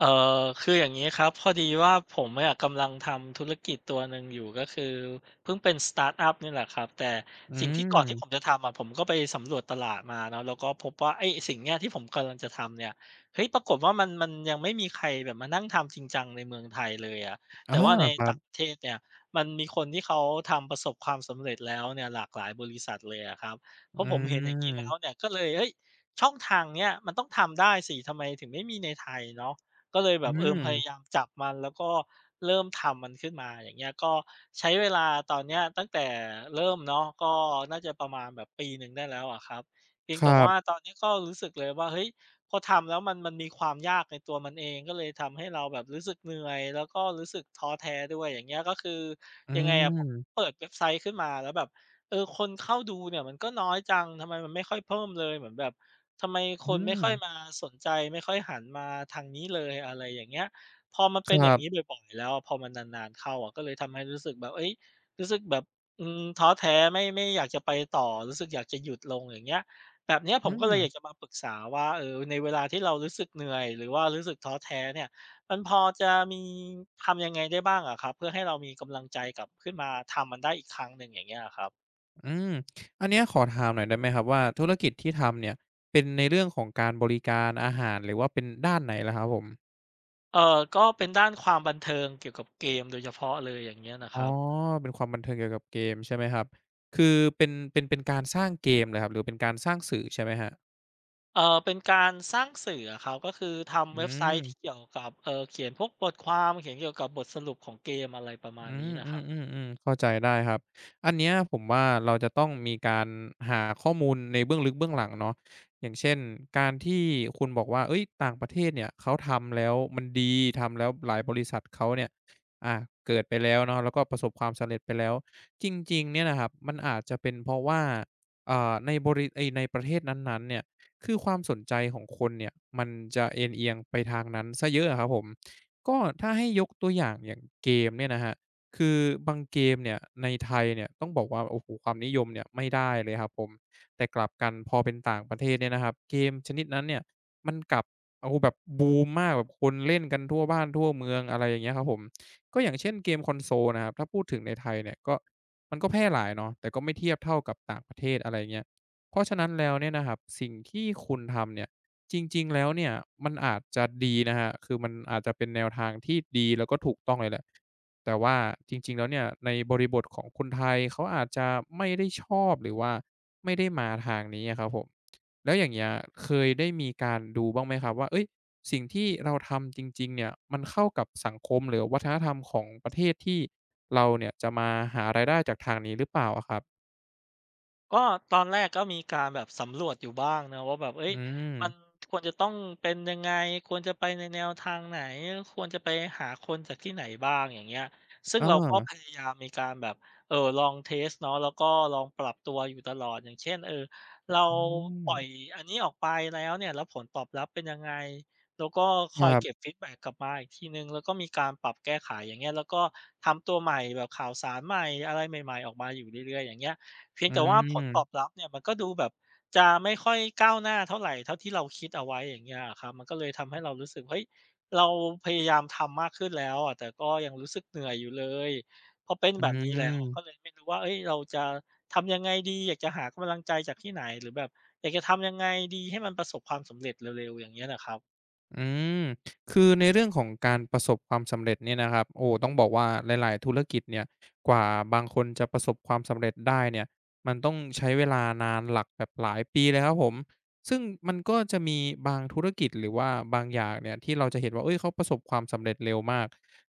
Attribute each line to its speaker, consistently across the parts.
Speaker 1: เอ่คืออย่างงี้ครับพอดีว่าผมอะกำลังทำธุรกิจตัวหนึ่งอยู่ก็คือเพิ่งเป็นสตาร์ตอัปนี่แหละครับแต่
Speaker 2: อื
Speaker 1: สิ่งที่ก่อนที่ผม
Speaker 2: ม
Speaker 1: จะทำอะผมก็ไปสำรวจตลาดมาเนาะแล้วก็พบว่าไอ้สิ่งเนี้ยที่ผมกำลังจะทำเนี่ยเฮ้ยปรากฏว่ามันยังไม่มีใครแบบมานั่งทำจริงจังในเมืองไทยเลยอะ
Speaker 2: อา
Speaker 1: แต่ว่าใน
Speaker 2: ครั
Speaker 1: ต่างป
Speaker 2: บ
Speaker 1: ระเทศเนี่ยมันมีคนที่เขาทำประสบความสำเร็จแล้วเนี่ยหลากหลายบริษัทเลยอะครับพอ
Speaker 2: อื
Speaker 1: ผม
Speaker 2: ม
Speaker 1: เห็นอย่างงี้แล้วเนี่ยก็เลยเฮ้ยช่องทางเนี้ยมันต้องทำได้สิทำไมถึงไม่มีในไทยเนาะ ก็เลยแบ
Speaker 2: อื
Speaker 1: บเออ
Speaker 2: ม
Speaker 1: พยายามจับมันแล้วก็เริ่มทำมันขึ้นมาอย่างเงี้ยก็ใช้เวลาตอนเนี้ยตั้งแต่เริ่มเนาะก็น่าจะประมาณแบบปีหนึ่งได้แล้วอะครับเพีย
Speaker 2: ค
Speaker 1: ง
Speaker 2: รั
Speaker 1: แต่ว่า
Speaker 2: บ
Speaker 1: ตอนนี้ก็รู้สึกเลยว่าเฮ้ยพอทำแล้วมันมีความยากในตัวมันเองก็เลยทำให้เราแบบรู้สึกเหนื่อยแล้วก็รู้สึกท้อแท้ด้วยอย่างเงี้ยก็คือ
Speaker 2: อื
Speaker 1: ยังไงอะผม
Speaker 2: ม
Speaker 1: เปิดเว็บไซต์ขึ้นมาแล้วแบบเออคนเข้าดูเนี่ยมันก็น้อยจังทำไมมันไม่ค่อยเพิ่มเลยเหมือนแบบ ทำไมค
Speaker 2: อื
Speaker 1: นไม่
Speaker 2: ม
Speaker 1: ค่อยมาสนใจไม่ค่อยหันมาทางนี้เลยอะไรอย่างเงี้ยพอมันเป็
Speaker 2: ค
Speaker 1: นอ
Speaker 2: รั
Speaker 1: ย่างงี้
Speaker 2: บ
Speaker 1: บ่อยๆแล้วอะพอมันนานๆเข้าอะก็เลยทำให้รู้สึกแบบเฮ้ยรู้สึกแบบอืมท้อแท้ไม่อยากจะไปต่อรู้สึกอยากจะหยุดลงอย่างเงี้ยแบบเนี้ยผ
Speaker 2: อื
Speaker 1: มก็เลยอ
Speaker 2: ม
Speaker 1: ยากจะมาปรึกษาว่าเออในเวลาที่เรารู้สึกเหนื่อยหรือว่ารู้สึกท้อแท้เนี่ยมันพอจะมีทำยังไงได้บ้างอะครับเพื่อให้เรามีกำลังใจกลับขึ้นมาทำมันได้อีกครั้งหนึ่งอย่างเงี้ยอะครับ
Speaker 2: อืมอันเนี้ยขอถามหน่อยได้ไหมครับว่าธุรกิจที่ทำเนี่ยเป็นในเรื่องของการบริการอาหารหรือว่าเป็นด้านไหนล่ะครับผม
Speaker 1: ก็เป็นด้านความบันเทิงเกี่ยวกับเกมโดยเฉพาะเลยอย่างเงี้ยนะค
Speaker 2: อ๋อ
Speaker 1: รับ
Speaker 2: เป็นความบันเทิงเกี่ยวกับเกมใช่ไหมครับคือเป็นการสร้างเกมเหรอครับหรือเป็นการสร้างสื่อใช่ไหมครับ
Speaker 1: เออเป็นการสร้างสื่ออะครับก็คือทำ
Speaker 2: อื
Speaker 1: เว็บไซ
Speaker 2: ม
Speaker 1: ต์ที่เกี่ยวกับเขียนพวกบทความเขียนเกี่ยวกับบทสรุปของเกมอะไรประ
Speaker 2: อื
Speaker 1: มาณนี้
Speaker 2: ม
Speaker 1: นะ
Speaker 2: อื
Speaker 1: ครั
Speaker 2: ม
Speaker 1: บ
Speaker 2: อืมอืมเข้าใจได้ครับอันเนี้ยผมว่าเราจะต้องมีการหาข้อมูลในเบื้องลึกเบื้องหลังเนาะอย่างเช่นการที่คุณบอกว่าเอ้ยต่างประเทศเนี่ยเขาทำแล้วมันดีทำแล้วหลายบริษัทเขาเนี่ยอ่าเกิดไปแล้วเนาะแล้วก็ประสบความสำเร็จไปแล้วจริงๆเนี่ยนะครับมันอาจจะเป็นเพราะว่าเอ่าในบริไอยในประเทศนั้นๆเนี่ยคือความสนใจของคนเนี่ยมันจะเอนเอียงไปทางนั้นซะเยอะอะครับผมก็ถ้าให้ยกตัวอย่างอย่างเกมเนี่ยนะฮะ คือบางเกมเนี่ยในไทยเนี่ยต้องบอกว่าโอ้โฮความนิยมเนี่ยไม่ได้เลยครับผมแต่กลับกันพอเป็นต่างประเทศเนี่ยนะครับเกมชนิดนั้นเนี่ยมันกลับโอ้โฮแบบบูมมากแบบคนเล่นกันทั่วบ้านทั่วเมืองอะไรอย่างเงี้ยครับผมก็อย่างเช่นเกมคอนโซลนะครับถ้าพูดถึงในไทยเนี่ยก็มันก็แพร่หลายเนาะแต่ก็ไม่เทียบเท่ากับต่างประเทศอะไรอย่างเงี้ยเพราะฉะนั้นแล้วเนี่ยนะครับสิ่งที่คุณทำเนี่ยจริงๆแล้วเนี่ยมันอาจจะดีนะครับคือมันอาจจะเป็นแนวทางที่ดีแล้วก็ถูกต้องเลยแหละ แต่ว่าจริงๆแล้วเนี่ยในบริบทของคนไทยเขาอาจจะไม่ได้ชอบหรือว่าไม่ได้มาทางนี้อะครับผมแล้วอย่างเงี้ยเคยได้มีการดูบ้างไหมครับว่าเฮ้ยสิ่งที่เราทำจริงๆเนี่ยมันเข้ากับสังคมหรือวัฒนธรรมของประเทศที่เราเนี่ยจะมาหารายได้จากทางนี้หรือเปล่าอะครับ
Speaker 1: ก็ตอนแรกก็มีการแบบสำรวจอยู่บ้างนะว่าแบบเอ้ย
Speaker 2: อืม
Speaker 1: มันควรจะต้องเป็นยังไงควรจะไปในแนวทางไหนควรจะไปหาคนจากที่ไหนบ้างอย่างเงี้ยซึ่งเราก็
Speaker 2: เออ
Speaker 1: พยายามมีการแบบเออลองเทสเนาะแล้วก็ลองปรับตัวอยู่ตลอดอย่างเช่นเออเรา
Speaker 2: อื
Speaker 1: ปล่อย
Speaker 2: ม
Speaker 1: อันนี้ออกไปแล้วเนี่ยแล้วผลตอบรับเป็นยังไงแล้วก็ค
Speaker 2: ค
Speaker 1: อย
Speaker 2: รั
Speaker 1: เก็บ
Speaker 2: บ
Speaker 1: ฟีดแบ็กกลับมาอีกทีหนึ่งแล้วก็มีการปรับแก้ไขอย่างเงี้ยแล้วก็ทำตัวใหม่แบบข่าวสารใหม่อะไรใหม่ๆออกมาอยู่เรื่อยๆอย่างเงี้ย เพียง
Speaker 2: อื
Speaker 1: แต่ว่าผลตอบ
Speaker 2: ม
Speaker 1: รับเนี่ยมันก็ดูแบบจะไม่ค่อยก้าวหน้าเท่าไรเท่าที่เราคิดเอาไว้อย่างเงี้ยอะครับมันก็เลยทำให้เรารู้สึกเฮ้ยเราพยายามทำมากขึ้นแล้วอะแต่ก็ยังรู้สึกเหนื่อยอยู่เลยพอเป็น
Speaker 2: อื
Speaker 1: แบบนี้แล้วก็เล
Speaker 2: ม
Speaker 1: ยไม่รู้ว่าเฮ้ยเราจะทำยังไงดีอยากจะหากำลังใจจากที่ไหนหรือแบบอยากจะทำยังไงดีให้มันประสบความสำเร็จเร็วๆอย่างเงี้ยน่ะครับ
Speaker 2: อืมคือในเรื่องของการประสบความสำเร็จเนี่ยนะครับโอ้ต้องบอกว่าหลายๆธุรกิจเนี่ยกว่าบางคนจะประสบความสำเร็จได้เนี่ยมันต้องใช้เวลานานหลักแบบหลายปีเลยครับผมซึ่งมันก็จะมีบางธุรกิจหรือว่าบางอย่างเนี่ยที่เราจะเห็นว่าเฮ้ยเขาประสบความสำเร็จเร็วมาก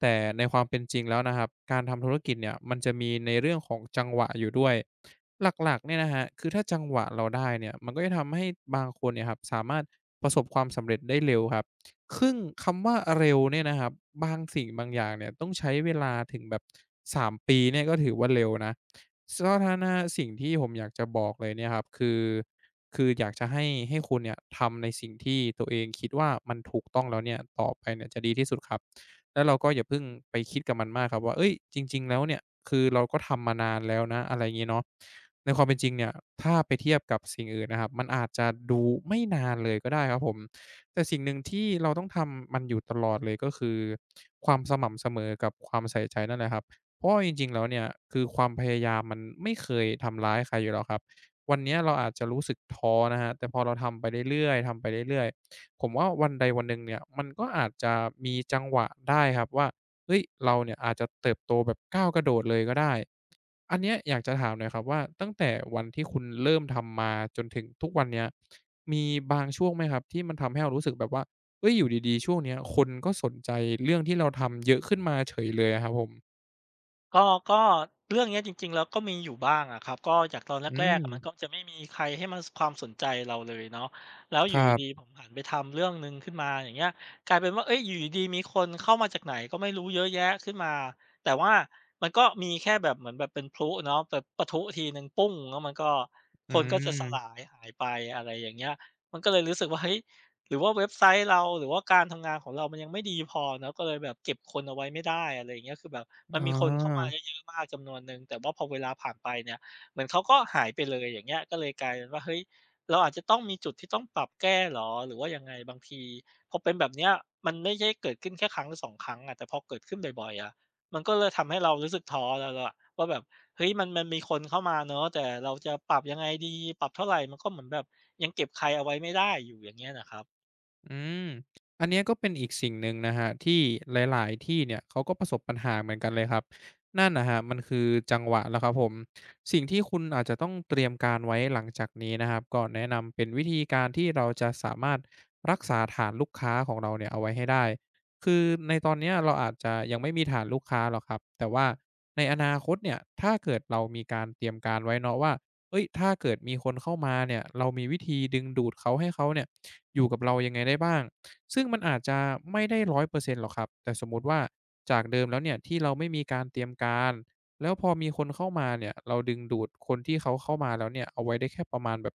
Speaker 2: แต่ในความเป็นจริงแล้วนะครับการทำธุรกิจเนี่ยมันจะมีในเรื่องของจังหวะอยู่ด้วย หลักๆเนี่ยนะครับคือถ้าจังหวะเราได้เนี่ยมันก็จะทำให้บางคนเนี่ยครับสามารถประสบความสำเร็จได้เร็วครับซึ่งคำว่าเร็วเนี่ยนะครับบางสิ่งบางอย่างเนี่ยต้องใช้เวลาถึงแบบ3ปีเนี่ยก็ถือว่าเร็วนะสถ้าหน้าสิ่งที่ผมอยากจะบอกเลยเนี่ยครับคือ คืออยากจะให้คุณเนี่ยทำในสิ่งที่ตัวเองคิดว่ามันถูกต้องแล้วเนี่ยต่อไปเนี่ยจะดีที่สุดครับ แล้วเราก็อย่าเพิ่งไปคิดกับมันมากครับว่าเฮ้ยจริงๆแล้วเนี่ยคือเราก็ทำมานานแล้วนะอะไรอย่างงี้เนาะในความเป็นจริงเนี่ยถ้าไปเทียบกับสิ่งอื่นนะครับมันอาจจะดูไม่นานเลยก็ได้ครับผมแต่สิ่งหนึ่งที่เราต้องทำมันอยู่ตลอดเลยก็คือความสม่ำเสมอกับความใส่ใจนั่นแหละครับเพราะว่าจริงๆแล้วเนี่ยคือความพยายามมันไม่เคยทำร้ายใครอยู่แล้วครับวันเนี้ยเราอาจจะรู้สึกท้อนะครับแต่พอเราทำไปเรื่อยๆทำไปเรื่อย ผมว่าวันใดวันหนึ่งเนี่ยมันก็อาจจะมีจังหวะได้ครับว่าเฮ้ยเราเนี่ยอาจจะเติบโตแบบก้าวกระโดดเลยก็ได้อันเนี้ยอยากจะถามหน่อยครับว่าตั้งแต่วันที่คุณเริ่มทำมาจนถึงทุกวันเนี้ยมีบางช่วงไหมครับที่มันทำให้เรารู้สึกแบบว่าเฮ้ยอยู่ดีๆช่วงเนี้ยคนก็สนใจเรื่องที่เราทำเยอะขึ้นมาเฉยเลยอะครับผม
Speaker 1: ก็ก็เรื่องเนี้ยจริงๆแล้วก็มีอยู่บ้างอะครับก็จากตอน
Speaker 2: อื
Speaker 1: แรกๆอะมันก็
Speaker 2: ม
Speaker 1: จะไม่มีใครให้มันสความสนใจเราเลยเนาะแล้วอ
Speaker 2: ค
Speaker 1: ยู่
Speaker 2: รั
Speaker 1: ดีๆผ
Speaker 2: บ
Speaker 1: มหันไปทำเรื่องหนึ่งขึ้นมาอย่างเงี้ยกลายเป็นว่าเฮ้ยอยู่ดีๆมีคนเข้ามาจากไหนก็ไม่รู้เยอะแยะขึ้นมาแต่ว่ามันก็มีแค่แบบเหมือนแบบเป็นพลุเนาะแบบปะทุทีหนึ่งปุ้งแล้วมันก็
Speaker 2: อื
Speaker 1: คนก็จะสลา
Speaker 2: ม
Speaker 1: ยหายไปอะไรอย่างเงี้ยมันก็เลยรู้สึกว่าเฮ้ย หรือว่าเว็บไซต์เราหรือว่าการทำงานของเรามันยังไม่ดีพอเนาะก็เลยแบบเก็บคนเอาไว้ไม่ได้อะไรอย่างเงี้ยคือแบบมัน
Speaker 2: อ๋อ
Speaker 1: มีคนเข้ามาเยอะๆมากจำนวนหนึ่งแต่ว่าพอเวลาผ่านไปเนี่ยเหมือนเขาก็หายไปเลยอย่างเงี้ยก็เลยกลายเป็นว่าเฮ้ยเราอาจจะต้องมีจุดที่ต้องปรับแก้เหรอหรือว่ายังไงบางทีพอเป็นแบบเนี้ยมันไม่ใช่เกิดขึ้นแค่ครั้งหรือสองครั้งอะแต่พอเกิดขึ้นบ่อยๆอะมันก็เลยทำให้เรารู้สึกท้อแล้วล่ะว่าแบบเฮ้ยมันมีคนเข้ามาเนาะแต่เราจะปรับยังไงดีปรับเท่าไรมันก็เหมือนแบบยังเก็บใครเอาไว้ไม่ได้อยู่อย่างเงี้ยน่ะครับ
Speaker 2: อืมอันเนี้ยก็เป็นอีกสิ่งหนึ่งนะครับที่หลายๆที่เนี่ยเขาก็ประสบปัญหาเหมือนกันเลยครับนั่นนะครับมันคือจังหวะแล้วครับผมสิ่งที่คุณอาจจะต้องเตรียมการไว้หลังจากนี้นะครับก็แนะนำเป็นวิธีการที่เราจะสามารถรักษาฐานลูกค้าของเราเนี่ยเอาไว้ให้ได้คือในตอนเนี้ยเราอาจจะยังไม่มีฐานลูกค้าหรอกครับแต่ว่าในอนาคตเนี่ยถ้าเกิดเรามีการเตรียมการไว้เนาะว่าเฮ้ยถ้าเกิดมีคนเข้ามาเนี่ยเรามีวิธีดึงดูดเขาให้เขาเนี่ย อยู่กับเรายังไงได้บ้างซึ่งมันอาจจะไม่ได้100%หรอกครับแต่สมมุติว่าจากเดิมแล้วเนี่ยที่เราไม่มีการเตรียมการ แล้วพอมีคนเข้ามาเนี่ยเราดึงดูดคนที่เขาเข้ามาแล้วเนี่ยเอาไว้ได้แค่ประมาณแบบ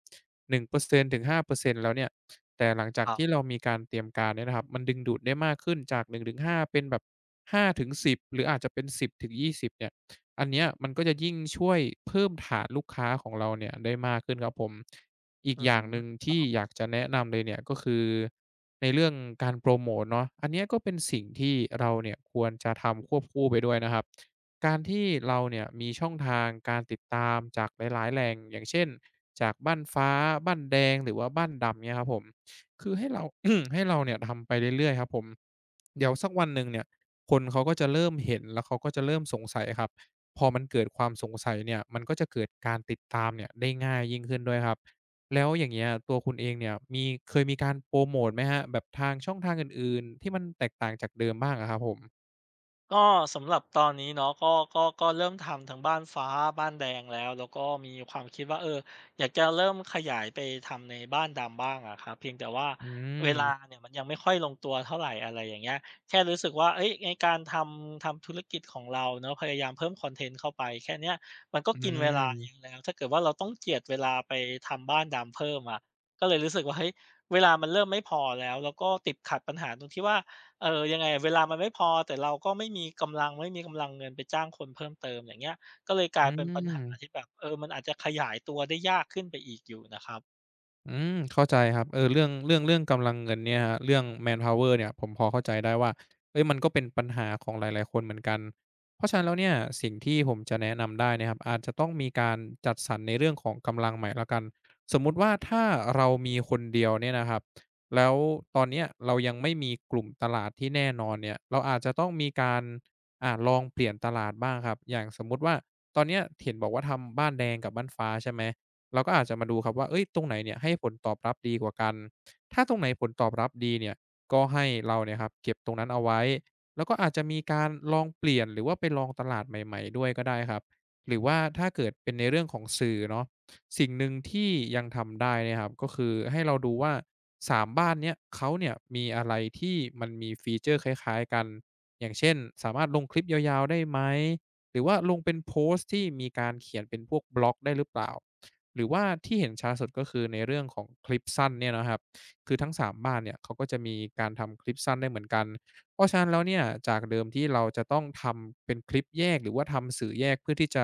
Speaker 2: 1%ถึง5%แล้วเนี่ย แต่หลังจา
Speaker 1: ค
Speaker 2: ก
Speaker 1: รั
Speaker 2: ที่
Speaker 1: บ
Speaker 2: เรามีการเตรียมการเนี่ยนะครับ มันดึงดูดได้มากขึ้นจาก1-5เป็นแบบห้าถึงสิบหรืออาจจะเป็น1 0ิบเนี่ยอันเนี้ยมันก็จะยิ่งช่วยเพิ่มฐานลูกค้าของเราเนี่ยได้มากขึ้นครับผม อีก
Speaker 1: อื
Speaker 2: อ
Speaker 1: ม
Speaker 2: ย่างหนึ่ง
Speaker 1: ครั
Speaker 2: ที่
Speaker 1: บ
Speaker 2: อยากจะแนะนำเลยเนี่ยก็คือในเรื่องการโพรโมตเนาะอันเนี้ยก็เป็นสิ่งที่เราเนี่ยควรจะทำควบคู่ไปด้วยนะครับการที่เราเนี่ยมีช่องทางการติดตามจากหลายๆแหล่งอย่างเช่นจากบ้านฟ้าบ้านแดงหรือว่าบ้านดำเงี้ยครับผมคือให้เรา ให้เราเนี่ยทำไปเรื่อยๆครับผมเดี๋ยวสักวันหนึ่งเนี่ยคนเขาก็จะเริ่มเห็นแล้วเขาก็จะเริ่มสงสัยครับพอมันเกิดความสงสัยเนี่ยมันก็จะเกิดการติดตามเนี่ยได้ง่ายยิ่งขึ้นด้วยครับ แล้วอย่างเงี้ยตัวคุณเองเนี่ยมีเคยมีการโปรโมตไหมครับแบบทางช่องทางอื่นๆที่มันแตกต่างจากเดิมบ้างอะครับผม
Speaker 1: ก็สำหรับตอนนี้เนาะก็เริ่มทำทั้งบ้านฟ้าบ้านแดงแล้วก็มีความคิดว่าเอออยากจะเริ่มขยายไปทำในบ้านดำบ้างอะครับเพียงแต่ว่า
Speaker 2: อื
Speaker 1: เว
Speaker 2: ม
Speaker 1: ลาเนี่ยมันยังไม่ค่อยลงตัวเท่าไรอะไรอย่างเงี้ยแค่รู้สึกว่าเฮ้ยในการทำธุรกิจของเราเนาะพยายามเพิ่มคอนเทนต์เข้าไปแค่เนี้ยมันก็
Speaker 2: อื
Speaker 1: กินเวลาเยอะ
Speaker 2: ม
Speaker 1: แล้วถ้าเกิดว่าเราต้องเจียดเวลาไปทำบ้านดำเพิ่มอะก็เลยรู้สึกว่าเฮ้ยเวลามันเริ่มไม่พอแล้วแล้วก็ติดขัดปัญหาตรงที่ว่า ยังไงอะเวลามันไม่พอแต่เราก็ไม่มีกำลังเงินไปจ้างคนเพิ่มเติมอย่างเงี้ยก็เลยกลาย
Speaker 2: อื
Speaker 1: เป็นปัญหา
Speaker 2: ม
Speaker 1: ที่แบบเออมันอาจจะขยายตัวได้ยากขึ้นไปอีกอยู่นะครับ
Speaker 2: อืมเข้าใจครับเออเรื่องกำลังเงินเนี่ยครับเรื่อง manpower เนี่ยผมพอเข้าใจได้ว่าเฮ้ยมันก็เป็นปัญหาของหลายๆคนเหมือนกันเพราะฉะนั้นแล้วเนี่ยสิ่งที่ผมจะแนะนำได้นะครับอาจจะต้องมีการจัดสรรในเรื่องของกำลังใหม่แล้วกันสมมุติว่าถ้าเรามีคนเดียวเนี่ยนะครับแล้วตอนเนี้ยเรายังไม่มีกลุ่มตลาดที่แน่นอนเนี่ยเราอาจจะต้องมีการลองเปลี่ยนตลาดบ้างครับอย่างสมมุติว่าตอนเนี้ยเห็นบอกว่าทำบ้านแดงกับบ้านฟ้าใช่ไหม เราก็อาจจะมาดูครับว่าเอ้ยตรงไหนเนี่ยให้ผลตอบรับดีกว่ากัน ถ้าตรงไหนผลตอบรับดีเนี่ยก็ให้เราเนี่ยครับเก็บตรงนั้นเอาไว้ แล้วก็อาจจะมีการลองเปลี่ยนหรือว่าไปลองตลาดใหม่ๆด้วยก็ได้ครับ หรือว่าถ้าเกิดเป็นในเรื่องของสื่อเนาะสิ่งหนึ่งที่ยังทำได้เนี่ยครับก็คือให้เราดูว่าสามบ้านเนี้ยเขาเนี่ยมีอะไรที่มันมีฟีเชอร์คล้ายๆกันอย่างเช่นสามารถลงคลิปยาวๆได้ไหมหรือว่าลงเป็นโพสต์ที่มีการเขียนเป็นพวกบล็อกได้หรือเปล่า หรือว่าที่เห็นช้าสุดก็คือในเรื่องของคลิปสั้นเนี่ยนะครับคือทั้ง3บ้านเนี่ยเขาก็จะมีการทำคลิปสั้นได้เหมือนกันเพราะฉะนั้นแล้วเนี่ยจากเดิมที่เราจะต้องทำเป็นคลิปแยกหรือว่าทำสื่อแยกเพื่อที่จะ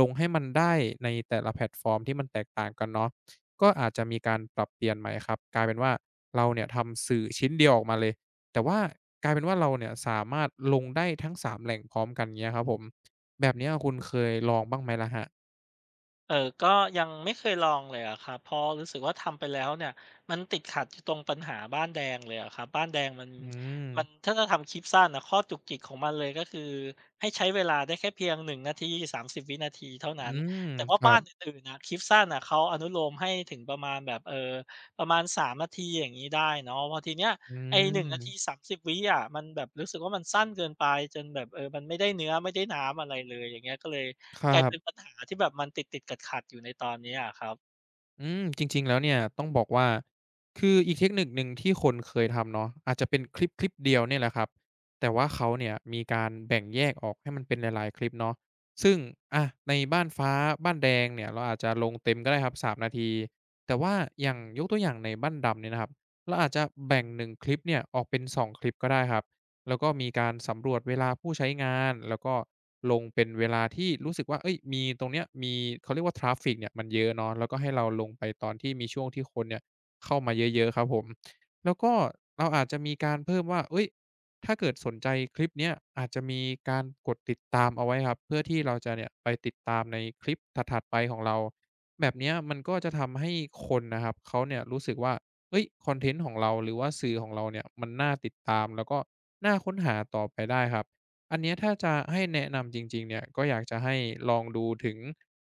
Speaker 2: ลงให้มันได้ในแต่ละแพลตฟอร์มที่มันแตกต่างกันเนาะก็อาจจะมีการปรับเปลี่ยนใหม่ครับกลายเป็นว่าเราเนี่ยทำสื่อชิ้นเดียวออกมาเลยแต่ว่ากลายเป็นว่าเราเนี่ยสามารถลงได้ทั้งสามแหล่งพร้อมกันเงี้ยครับผมแบบเนี้ยคุณเคยลองบ้างไหมล่ะครับ
Speaker 1: เออก็ยังไม่เคยลองเลยอะครับเพราะรู้สึกว่าทำไปแล้วเนี่ยมันติดขัดอยู่ตรงปัญหาบ้านแดงเลยอะครับบ้านแดงมัน
Speaker 2: อื
Speaker 1: มัน
Speaker 2: ม
Speaker 1: ถ้าจะทำคลิปสั้นอะข้อจุกจิกของมันเลยก็คือให้ใช้เวลาได้แค่เพียง1นงนาที30วินาทีเท่า
Speaker 2: อื
Speaker 1: นั้น
Speaker 2: ม
Speaker 1: แต่ว่า
Speaker 2: ครั
Speaker 1: บ้านอ
Speaker 2: บ
Speaker 1: ื่นๆน่ะคลิปสั้นน่ะเขาอนุโลมให้ถึงประมาณแบบประมาณ3นาทีอย่างงี้ได้เนาะพอทีเนี้ย
Speaker 2: อื
Speaker 1: ไอ้หนงนาที
Speaker 2: ม
Speaker 1: สามสิบวิอะมันแบบรู้สึกว่ามันสั้นเกินไปจนแบบเออมันไม่ได้เนื้อไม่ได้น้ำอะไรเลยอย่างเงี้ยก็เลย
Speaker 2: ค
Speaker 1: ก
Speaker 2: รั
Speaker 1: ลายเป็นปัญ
Speaker 2: บ
Speaker 1: หาที่แบบมันติดๆขัดๆอยู่ในตอนนี้อะครับ
Speaker 2: อืมจริงๆแล้วเนี่ยต้องบอกว่าคืออีกเทคนิคหนึ่งที่คนเคยทำเนาะอาจจะเป็นคลิปเดียวเนี่ยแหละครับแต่ว่าเขาเนี่ยมีการแบ่งแยกออกให้มันเป็นหลายๆคลิปเนาะซึ่งในบ้านฟ้าบ้านแดงเนี่ยเราอาจจะลงเต็มก็ได้ครับ3นาทีแต่ว่าอย่างยกตัวอย่างในบ้านดำเนี่ยนะครับเราอาจจะแบ่งหนึ่งคลิปเนี่ยออกเป็นสองคลิปก็ได้ครับ แล้วก็มีการสำรวจเวลาผู้ใช้งานแล้วก็ลงเป็นเวลาที่รู้สึกว่าเฮ้ยมีตรงเนี้ยมีเขาเรียกว่าทราฟฟิกเนี่ยมันเยอะเนาะแล้วก็ให้เราลงไปตอนที่มีช่วงที่คนเนี่ยเข้ามาเยอะๆครับผมแล้วก็เราอาจจะมีการเพิ่มว่าเฮ้ยถ้าเกิดสนใจคลิปเนี้ยอาจจะมีการกดติดตามเอาไว้ครับเพื่อที่เราจะเนี่ยไปติดตามในคลิปถัดๆไปของเราแบบเนี้ยมันก็จะทำให้คนนะครับเขาเนี่ยรู้สึกว่า เฮ้ยคอนเทนต์ของเราหรือว่าสื่อของเราเนี่ยมันน่าติดตามแล้วก็น่าค้นหาต่อไปได้ครับอันเนี้ยถ้าจะให้แนะนำจริงๆเนี่ยก็อยากจะให้ลองดูถึง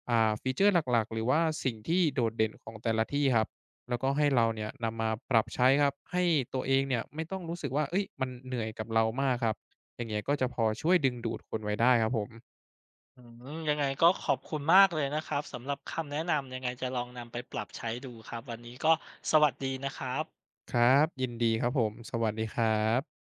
Speaker 2: ฟีเชอร์หลักๆหรือว่าสิ่งที่โดดเด่นของแต่ละที่ครับแล้วก็ให้เราเนี่ยนำมาปรับใช้ครับให้ตัวเองเนี่ยไม่ต้องรู้สึกว่าเฮ้ยมันเหนื่อยกับเรามากครับอย่างเงี้ยก็จะพอช่วยดึงดูดคนไว้ได้ครับผม
Speaker 1: อืมยังไงก็ขอบคุณมากเลยนะครับสำหรับคำแนะนำยังไงจะลองนำไปปรับใช้ดูครับวันนี้ก็สวัสดีนะครับ
Speaker 2: ครับยินดีครับผมสวัสดีครับ